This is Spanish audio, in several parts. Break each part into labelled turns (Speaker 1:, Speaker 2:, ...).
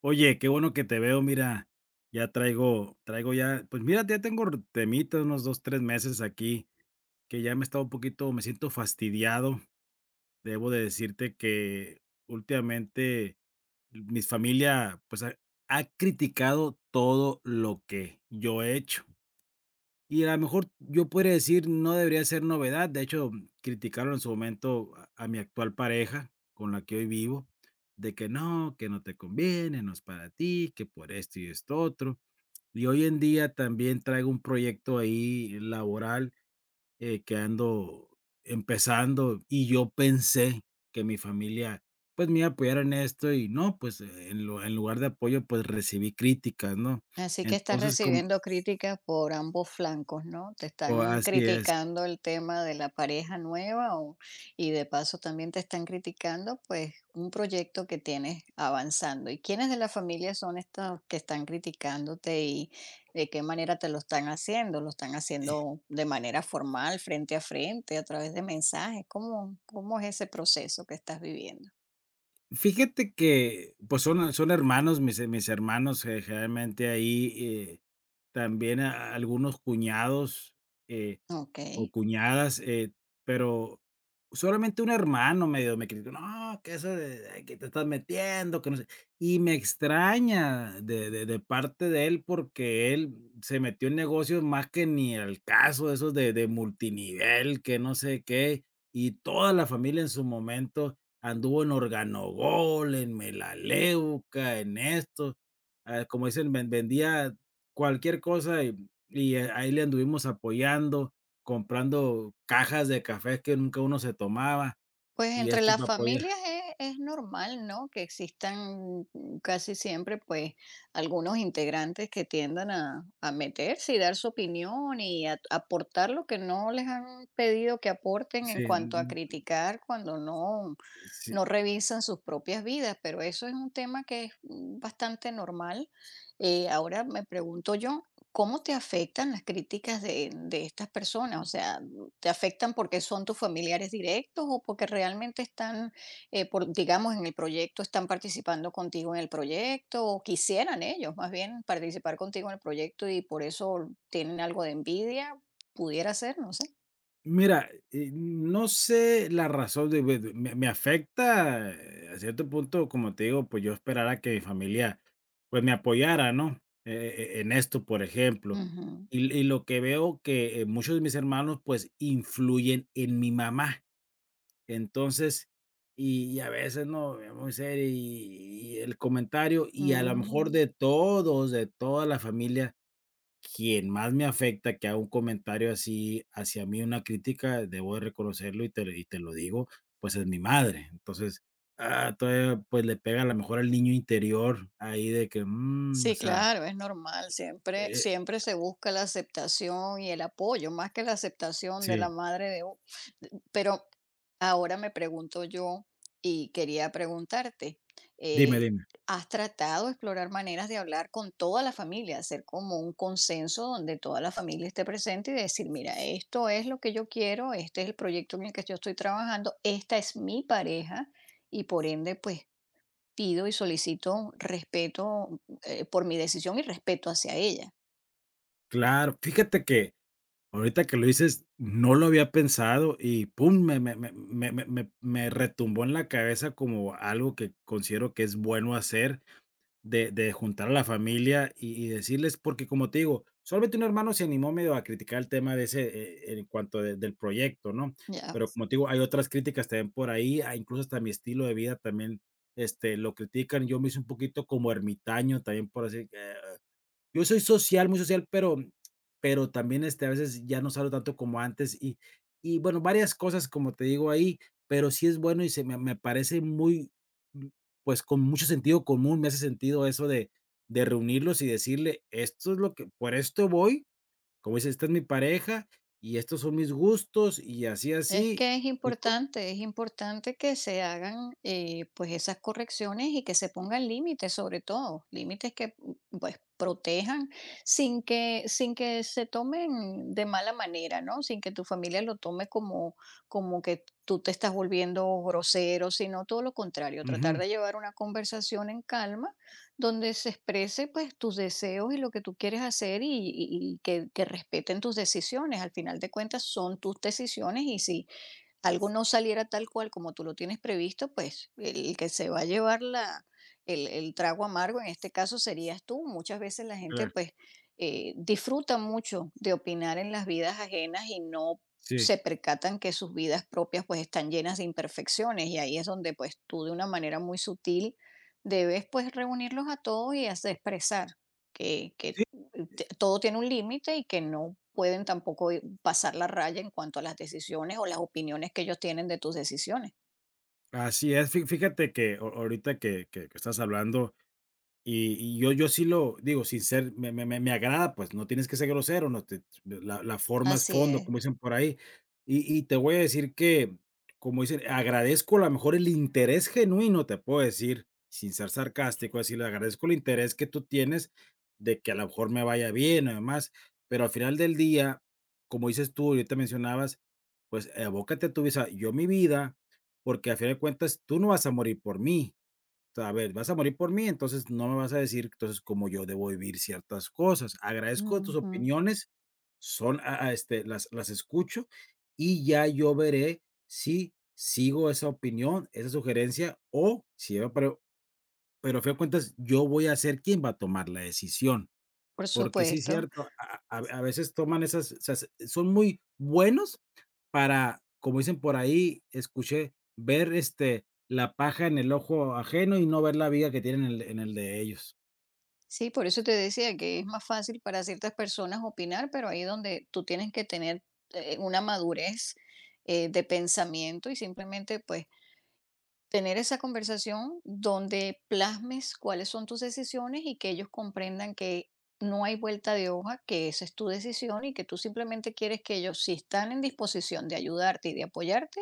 Speaker 1: Oye, qué bueno que te veo. Mira, ya traigo ya, pues mira, ya tengo r temita, unos 2, 3 meses aquí, que ya me he estado un poquito, me siento fastidiado. Debo de decirte que últimamente mi familia, pues, ha criticado todo lo que yo he hecho. Y a lo mejor yo podría decir, no debería ser novedad. De hecho, criticaron en su momento a mi actual pareja, con la que hoy vivo, de que no te conviene, no es para ti, que por esto y esto otro. Y hoy en día también traigo un proyecto ahí laboral, que ando empezando, y yo pensé que mi familia pues me iba a apoyar en esto, y no, pues en, en lugar de apoyo pues recibí críticas, ¿no?
Speaker 2: Así que estás
Speaker 1: Entonces, como,
Speaker 2: recibiendo críticas por ambos flancos, ¿no? Te están
Speaker 1: así es.
Speaker 2: criticando el tema de la pareja nueva o- y de paso también te están criticando pues un proyecto que tienes avanzando. ¿Y quiénes de la familia son estos que están criticándote y de qué manera te lo están haciendo? ¿Lo están haciendo de manera formal, frente a frente, a través de mensajes? ¿Cómo, cómo es ese proceso que estás viviendo?
Speaker 1: Fíjate que, pues, son hermanos, mis hermanos, generalmente ahí, también a algunos cuñados, eh,
Speaker 2: Ok.
Speaker 1: o cuñadas, pero solamente un hermano medio me criticó: "No, que eso de ay, que te estás metiendo, que no sé". Y me extraña de parte de él, porque él se metió en negocios más que ni al caso, esos de multinivel, que no sé qué, y toda la familia en su momento anduvo en organogol, en melaleuca, en esto, ah, como dicen, vendía cualquier cosa y ahí le anduvimos apoyando, comprando cajas de café que nunca uno se tomaba,
Speaker 2: Pues
Speaker 1: y
Speaker 2: entre
Speaker 1: esto
Speaker 2: las
Speaker 1: para apoyar.
Speaker 2: familias e es normal, ¿no?, que existan casi siempre, pues, algunos integrantes que tiendan a meterse y dar su opinión y a aportar lo que no les han pedido que aporten
Speaker 1: Sí,
Speaker 2: en cuanto a
Speaker 1: mm,
Speaker 2: criticar cuando no
Speaker 1: sí.
Speaker 2: no revisan sus propias vidas, pero eso es un tema que es bastante normal. Ahora me pregunto yo, ¿cómo te afectan las críticas de estas personas? O sea, ¿te afectan porque son tus familiares directos o porque realmente están, digamos, en el proyecto, están participando contigo en el proyecto o quisieran ellos más bien participar contigo en el proyecto y por eso tienen algo de envidia? Pudiera ser, no sé.
Speaker 1: Mira, no sé la razón de me afecta, a cierto punto, como te digo, pues, yo esperara que mi familia, pues, me apoyara, ¿no? E en esto, por ejemplo.
Speaker 2: Ujú,
Speaker 1: Y lo que veo que, muchos de mis hermanos, pues, influyen en mi mamá. Entonces, y a veces, no, es muy serio y el comentario, y a lo mejor
Speaker 2: ujú.
Speaker 1: de todos, de toda la familia, quien más me afecta que haga un comentario así hacia mí, una crítica, debo de reconocerlo y te lo digo, pues es mi madre. Entonces, ah, todavía, pues le pega a lo mejor al niño interior ahí de que, mm, o
Speaker 2: Sí,
Speaker 1: sea,
Speaker 2: claro, es normal. Siempre,
Speaker 1: eh
Speaker 2: siempre se busca la aceptación y el apoyo, más que la aceptación de la
Speaker 1: sí,
Speaker 2: madre de... u- de- Pero ahora me pregunto yo y quería preguntarte,
Speaker 1: dime,
Speaker 2: eh,
Speaker 1: dime.
Speaker 2: ¿has tratado de explorar maneras de hablar con toda la familia, hacer como un consenso donde toda la familia esté presente y decir, mira, esto es lo que yo quiero, este es el proyecto en el que yo estoy trabajando, esta es mi pareja y por ende, pues pido y solicito respeto por mi decisión y respeto hacia ella.
Speaker 1: Claro, fíjate que ahorita que lo dices, no lo había pensado, y pum, me retumbó en la cabeza como algo que considero que es bueno hacer, de juntar a la familia y decirles, porque como te digo, solamente un hermano se animó medio a criticar el tema de ese, en cuanto de del proyecto, ¿no?
Speaker 2: Ya.
Speaker 1: Pero como te digo, hay otras críticas también por ahí, ah, incluso hasta mi estilo de vida también, este, lo critican. Yo me hice un poquito como ermitaño también, por así, yo soy social, muy social, pero también, este, a veces ya no salgo tanto como antes, y bueno, varias cosas, como te digo ahí, pero sí es bueno y se me parece muy, mm, pues, con mucho sentido común, me hace sentido eso de reunirlos y decirle: "Esto es lo que por esto voy", como dices: "Esta es mi pareja y estos son mis gustos y así,
Speaker 2: Es
Speaker 1: así",
Speaker 2: que
Speaker 1: y co
Speaker 2: es importante que se hagan pues esas correcciones y que se pongan límites sobre todo, límites que pues protejan sin que, sin que se tomen de mala manera, ¿no? Sin que tu familia lo tome como, como que tú te estás volviendo grosero, sino todo lo contrario, tratar
Speaker 1: ujú,
Speaker 2: de llevar una conversación en calma donde se exprese pues tus deseos y lo que tú quieres hacer y que respeten tus decisiones. Al final de cuentas son tus decisiones y si algo no saliera tal cual como tú lo tienes previsto, pues el que se va a llevar la, el trago amargo en este caso serías tú. Muchas veces la gente
Speaker 1: claro,
Speaker 2: pues disfruta mucho de opinar en las vidas ajenas y no
Speaker 1: sí.
Speaker 2: se percatan que sus vidas propias pues están llenas de imperfecciones y ahí es donde pues tú de una manera muy sutil debes pues reunirlos a todos y hacer expresar que,
Speaker 1: Sí,
Speaker 2: todo tiene un límite y que no pueden tampoco i- pasar la raya en cuanto a las decisiones o las opiniones que ellos tienen de tus decisiones.
Speaker 1: así es. Fí Fíjate que a ahorita que estás hablando. Y yo yo sí lo digo, sin ser me me me me agrada, pues, no tienes que ser grosero, no te la forma es
Speaker 2: Así
Speaker 1: fondo,
Speaker 2: es.
Speaker 1: como dicen por ahí. Y te voy a decir que, como dicen, agradezco a lo mejor el interés genuino, te puedo decir, sin ser sarcástico, decirle: "Agradezco el interés que tú tienes de que a lo mejor me vaya bien o demás", pero al final del día, como dices tú, ahorita mencionabas, pues, abócate a tu vida. Yo mi vida, porque a final de cuentas tú no vas a morir por mí. Sea, a ver, vas a morir por mí, entonces no me vas a decir, entonces, cómo yo debo vivir ciertas cosas. Agradezco tus
Speaker 2: Ujú.
Speaker 1: opiniones, son, a este, las escucho y ya yo veré si sigo esa opinión, esa sugerencia o si, pero a fin de cuentas yo voy a ser quien va a tomar la decisión.
Speaker 2: Por
Speaker 1: Porque sí, es
Speaker 2: supuesto.
Speaker 1: cierto, a veces toman esas, o sea, son muy buenos para, como dicen por ahí, escuché, ver, este, la paja en el ojo ajeno y no ver la viga que tienen en el de ellos.
Speaker 2: Sí, por eso te decía que es más fácil para ciertas personas opinar, pero ahí donde tú tienes que tener una madurez de pensamiento y simplemente pues tener esa conversación donde plasmes cuáles son tus decisiones y que ellos comprendan que no hay vuelta de hoja, que esa es tu decisión y que tú simplemente quieres que ellos, si están en disposición de ayudarte y de apoyarte,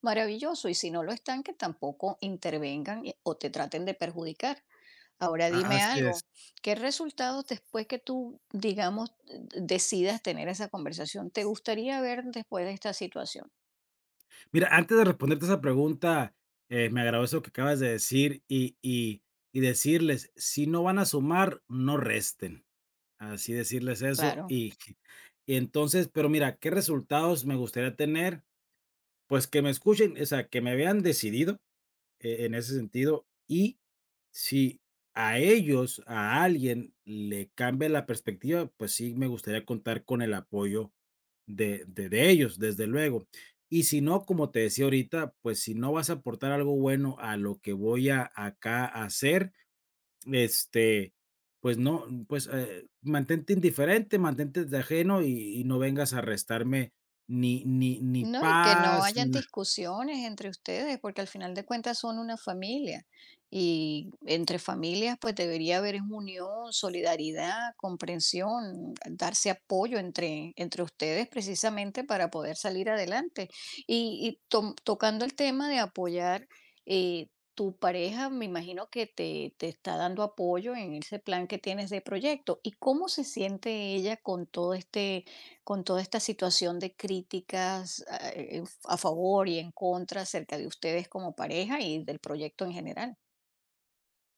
Speaker 2: maravilloso. Y si no lo están, que tampoco intervengan y- o te traten de perjudicar. Ahora
Speaker 1: A
Speaker 2: dime
Speaker 1: así es.
Speaker 2: algo, ¿qué resultados después que tú, digamos, decidas tener esa conversación, te gustaría ver después de esta situación?
Speaker 1: Mira, antes de responderte esa pregunta, me agradó eso que acabas de decir y decirles, si no van a sumar, no resten. Así decirles eso
Speaker 2: Claro.
Speaker 1: y y entonces, pero mira, ¿qué resultados me gustaría tener? Pues que me escuchen, o sea, que me vean decidido, en ese sentido y si a ellos, a alguien le cambia la perspectiva, pues sí me gustaría contar con el apoyo de ellos, desde luego. Y si no, como te decía ahorita, pues si no vas a aportar algo bueno a lo que voy a acá a hacer, este, pues no, pues mantente indiferente, mantente de ajeno, y no vengas a restarme ni
Speaker 2: No, y que no
Speaker 1: paz, ni
Speaker 2: hayan
Speaker 1: nada.
Speaker 2: discusiones entre ustedes, porque al final de cuentas son una familia. Y entre familias, pues debería haber es unión, solidaridad, comprensión, darse apoyo entre, entre ustedes precisamente para poder salir adelante. Y, tocando el tema de apoyar, tu pareja me imagino que te está dando apoyo en ese plan que tienes de proyecto. ¿Y cómo se siente ella con todo este con toda esta situación de críticas ah, a favor y en contra acerca de ustedes como pareja y del proyecto en general?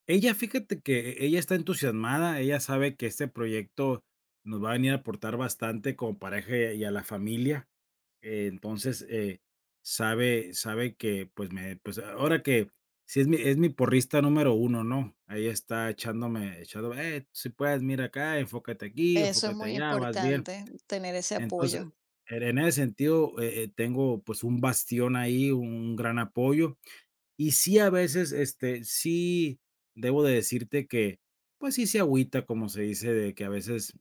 Speaker 1: Ella, fíjate que ella está entusiasmada, ella sabe que este proyecto nos va a venir a aportar bastante como pareja y a la familia. Entonces, sabe, sabe que, pues, me, pues ahora que si es mi, es mi porrista número uno, ¿no? Ahí está echándome, echándome, si puedes, mira acá, enfócate aquí,
Speaker 2: Eso es
Speaker 1: enfócate
Speaker 2: muy
Speaker 1: allá, vas bien.
Speaker 2: importante, tener ese
Speaker 1: Entonces,
Speaker 2: apoyo.
Speaker 1: en ese sentido, tengo pues un bastión ahí, un gran apoyo, y sí, a veces, este, sí debo de decirte que, pues sí se agüita, como se dice, de que a veces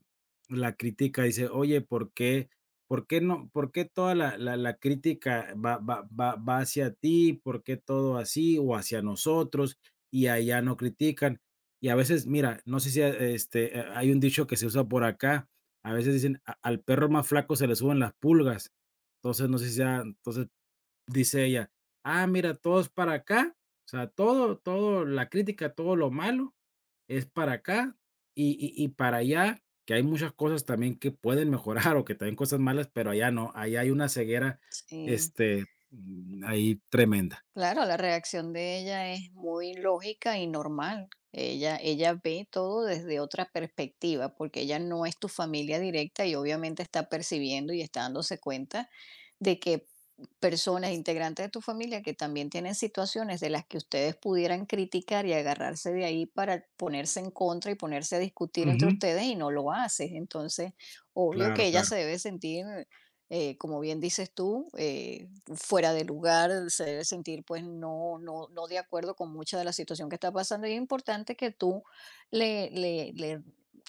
Speaker 1: la crítica dice, oye, ¿por qué? ¿Por qué no? ¿Por qué toda la crítica va hacia ti? ¿Por qué todo así? O hacia nosotros, y allá no critican. Y a veces, mira, no sé si este, hay un dicho que se usa por acá. A veces dicen: Al perro más flaco se le suben las pulgas". Entonces, no sé si sea, entonces dice ella: "Ah, mira, todo es para acá". O sea, todo la crítica, todo lo malo es para acá, y para allá, que hay muchas cosas también que pueden mejorar o que también cosas malas, pero allá no, allá hay una ceguera,
Speaker 2: Sí.
Speaker 1: este, mm, ahí tremenda.
Speaker 2: Claro, la reacción de ella es muy lógica y normal. Ella ve todo desde otra perspectiva, porque ella no es tu familia directa y obviamente está percibiendo y está dándose cuenta de que personas integrantes de tu familia que también tienen situaciones de las que ustedes pudieran criticar y agarrarse de ahí para ponerse en contra y ponerse a discutir entre
Speaker 1: Ujú.
Speaker 2: ustedes y no lo haces. Entonces, obvio que
Speaker 1: Claro,
Speaker 2: ella
Speaker 1: claro.
Speaker 2: se debe sentir, como bien dices tú, fuera de lugar, se debe sentir pues no, no, no de acuerdo con mucha de la situación que está pasando y es importante que tú le, le, le,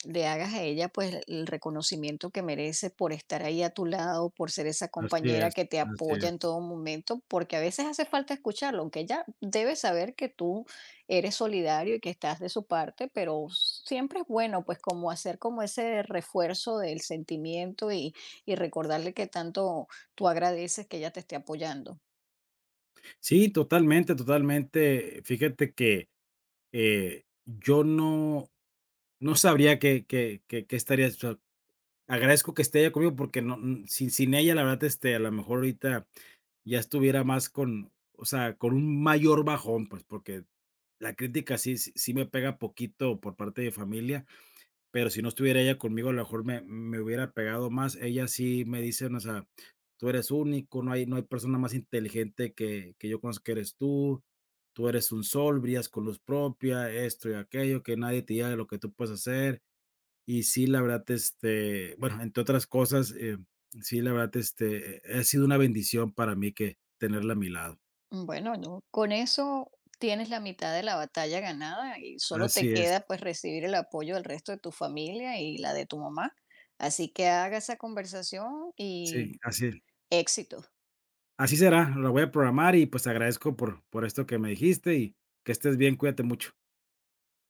Speaker 2: le hagas a ella pues el reconocimiento que merece por estar ahí a tu lado, por ser esa
Speaker 1: Así
Speaker 2: compañera
Speaker 1: es,
Speaker 2: que te
Speaker 1: así
Speaker 2: apoya
Speaker 1: es.
Speaker 2: en todo momento, porque a veces hace falta escucharlo, aunque ella debe saber que tú eres solidario y que estás de su parte, pero siempre es bueno pues como hacer como ese refuerzo del sentimiento y recordarle que tanto tú agradeces que ella te esté apoyando.
Speaker 1: Sí, totalmente, totalmente. Fíjate que, yo no no sabría qué estaría. Agradezco que esté ella conmigo porque no, mm, sin ella, la verdad, este, a lo mejor ahorita ya estuviera más con, o sea, con un mayor bajón, pues, porque la crítica sí me pega poquito por parte de familia, pero si no estuviera ella conmigo, a lo mejor me hubiera pegado más. Ella sí me dice, o sea: "Tú eres único, no hay persona más inteligente que yo conozco que eres tú. Tú eres un sol, brillas con luz propia", esto y aquello, que nadie te diga lo que tú puedes hacer. Y sí, la verdad, este, bueno, entre otras cosas, sí, la verdad, este, ha sido una bendición para mí que tenerla a mi lado.
Speaker 2: Bueno, no, con eso tienes la mitad de la batalla ganada y solo te
Speaker 1: Así es.
Speaker 2: queda pues recibir el apoyo del resto de tu familia y la de tu mamá. Así que haga esa conversación
Speaker 1: Sí,
Speaker 2: y
Speaker 1: así
Speaker 2: éxito.
Speaker 1: así será, la voy a programar y, pues, te agradezco por esto que me dijiste, y que estés bien, cuídate mucho.